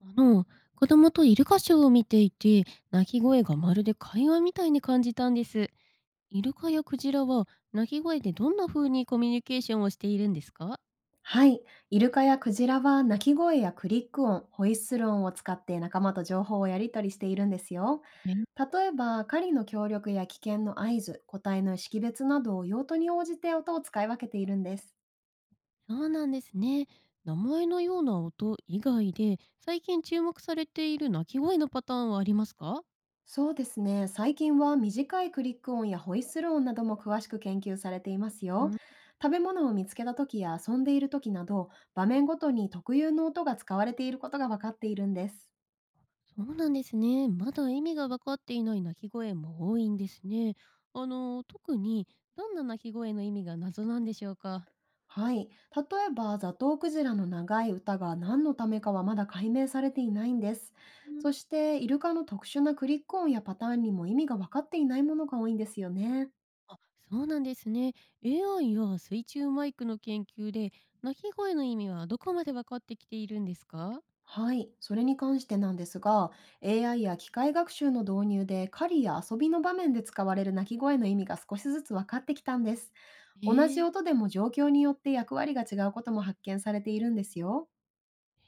あの、子供とイルカショーを見ていて、鳴き声がまるで会話みたいに感じたんです。イルカやクジラは鳴き声でどんな風にコミュニケーションをしているんですか？はい。イルカやクジラは鳴き声やクリック音、ホイッスル音を使って仲間と情報をやり取りしているんですよ。え。例えば、狩りの協力や危険の合図、個体の識別などを用途に応じて音を使い分けているんです。そうなんですね。名前のような音以外で、最近注目されている鳴き声のパターンはありますか？そうですね。最近は短いクリック音やホイッスル音なども詳しく研究されていますうよ。ん。食べ物を見つけた時や遊んでいる時など、場面ごとに特有の音が使われていることが分かっているんです。そうなんですね。まだ意味が分かっていない鳴き声も多いんですね。特にどんな鳴き声の意味が謎なんでしょうか？はい。例えば、ザトウクジラの長い歌が何のためかはまだ解明されていないんです。そして、イルカの特殊なクリック音やパターンにも意味が分かっていないものが多いんですよね。あ、そうなんですね。AI や水中マイクの研究で、鳴き声の意味はどこまで分かってきているんですか？はい。それに関してなんですが、AI や機械学習の導入で狩りや遊びの場面で使われる鳴き声の意味が少しずつ分かってきたんです。え同じえ。音でも状況によって役割が違うことも発見されているんですよ。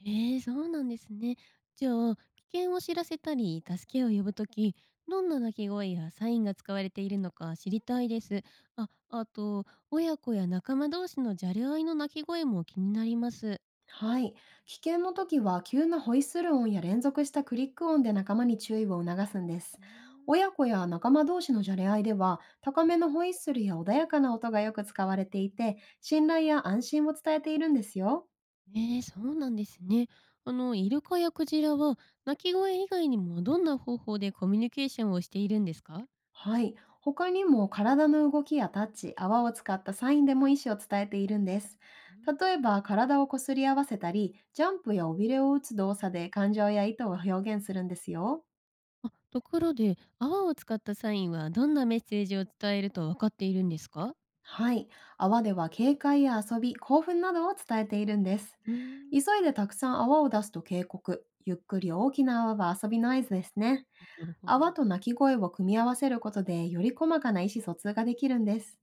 ええ、そうなんですね。じゃあ、危険を知らせたり、助けを呼ぶとき、どんな鳴き声やサインが使われているのか知りたいです。あ、あと、親子や仲間同士のじゃれ合いの鳴き声も気になります。はい。危険の時は急なホイッスル音や連続したクリック音で仲間に注意を促すんです。うーん。親子や仲間同士のじゃれ合いでは、高めのホイッスルや穏やかな音がよく使われていて、信頼や安心を伝えているんですよ。ええ、そうなんですね。イルカやクジラは、鳴き声以外にもどんな方法でコミュニケーションをしているんですか？はい。他にも体の動きやタッチ、泡を使ったサインでも意思を伝えているんです。うん。例えば、体をこすり合わせたり、ジャンプや尾びれを打つ動作で感情や意図を表現するんですよ。あ、ところで、泡を使ったサインはどんなメッセージを伝えると分かっているんですか？はい。泡では警戒や遊び、興奮などを伝えているんです。うー急ん。いでたくさん泡を出すと警告。ゆっくり大きな泡は遊びの合図ですね。なるほど。泡と鳴き声を組み合わせることで、より細かな意思疎通ができるんです。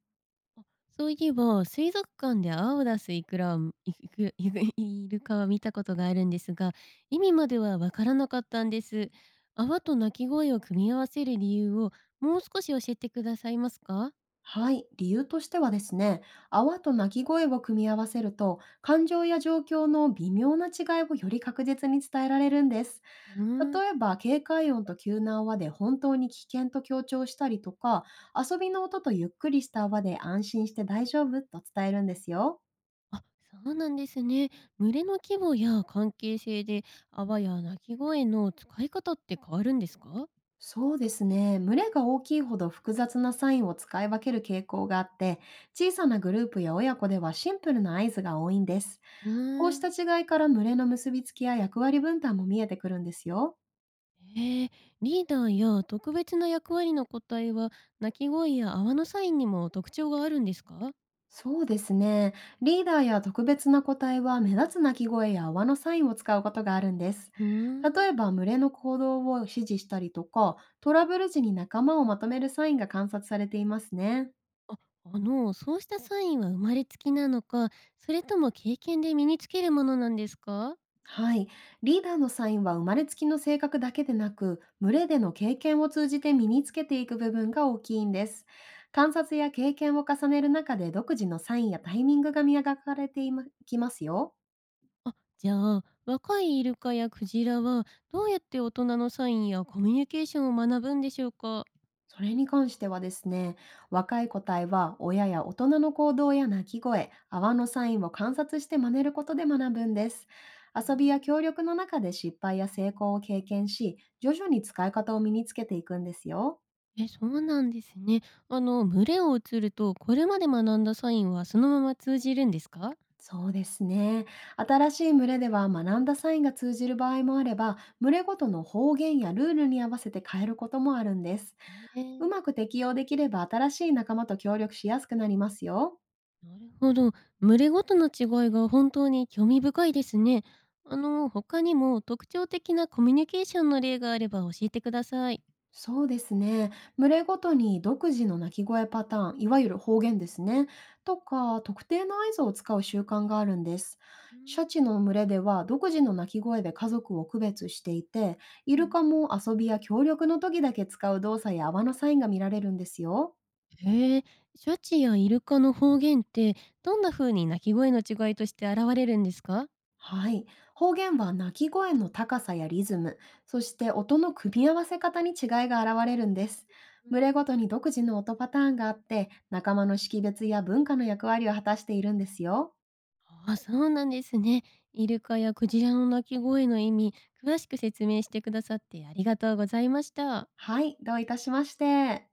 あ、そういえば、水族館で泡を出すイクラを、イク、イクイルカは見たことがあるんですが、意味までは分からなかったんです。泡と鳴き声を組み合わせる理由をもう少し教えてくださいますか？はい。理由としてはですね、泡と鳴き声を組み合わせると、感情や状況の微妙な違いをより確実に伝えられるんです。うーん。例えば、警戒音と急な泡で本当に危険と強調したりとか、遊びの音とゆっくりした泡で安心して大丈夫と伝えるんですよ。あ、そうなんですね。群れの規模や関係性で、泡や鳴き声の使い方って変わるんですか？そうですね。群れが大きいほど複雑なサインを使い分ける傾向があって、小さなグループや親子ではシンプルな合図が多いんです。うーこうしたん、違いから群れの結びつきや役割分担も見えてくるんですよ。えー、リーダーや特別な役割の個体は、鳴き声や泡のサインにも特徴があるんですか？そうですね。リーダーや特別な個体は目立つ鳴き声や泡のサインを使うことがあるんです。うー例ん。えば、群れの行動を指示したりとか、トラブル時に仲間をまとめるサインが観察されていますね。あ、そうしたサインは生まれつきなのか、それとも経験で身につけるものなんですか？はい。リーダーのサインは生まれつきの性格だけでなく、群れでの経験を通じて身につけていく部分が大きいんです。観察や経験を重ねる中で、独自のサインやタイミングが磨かれていまきますよ。あ、じゃあ、若いイルカやクジラは、どうやって大人のサインやコミュニケーションを学ぶんでしょうか？それに関してはですね、若い個体は親や大人の行動や鳴き声、泡のサインを観察して真似ることで学ぶんです。うー遊びやん。協力の中で失敗や成功を経験し、徐々に使い方を身につけていくんですよ。え、そうなんですね。群れを移ると、これまで学んだサインはそのまま通じるんですか？そうですね。新しい群れでは学んだサインが通じる場合もあれば、群れごとの方言やルールに合わせて変えることもあるんです。えうまえ。く適用できれば、新しい仲間と協力しやすくなりますよ。なるほど。群れごとの違いが本当に興味深いですね。他にも特徴的なコミュニケーションの例があれば教えてください。そうですね。群れごとに独自の鳴き声パターン、いわゆる方言ですね、とか特定の合図を使う習慣があるんです。うーシん。ャチの群れでは独自の鳴き声で家族を区別していて、イうルん。カも遊びや協力の時だけ使う動作や泡のサインが見られるんですよ。へえ、シャチやイルカの方言って、どんな風に鳴き声の違いとして現れるんですか？はい。方言は鳴き声の高さやリズム、そして音の組み合わせ方に違いが現れるんです。う群れん。ごとに独自の音パターンがあって、仲間の識別や文化の役割を果たしているんですよ。ああ、そうなんですね。イルカやクジラの鳴き声の意味、詳しく説明してくださってありがとうございました。はい、どういたしまして。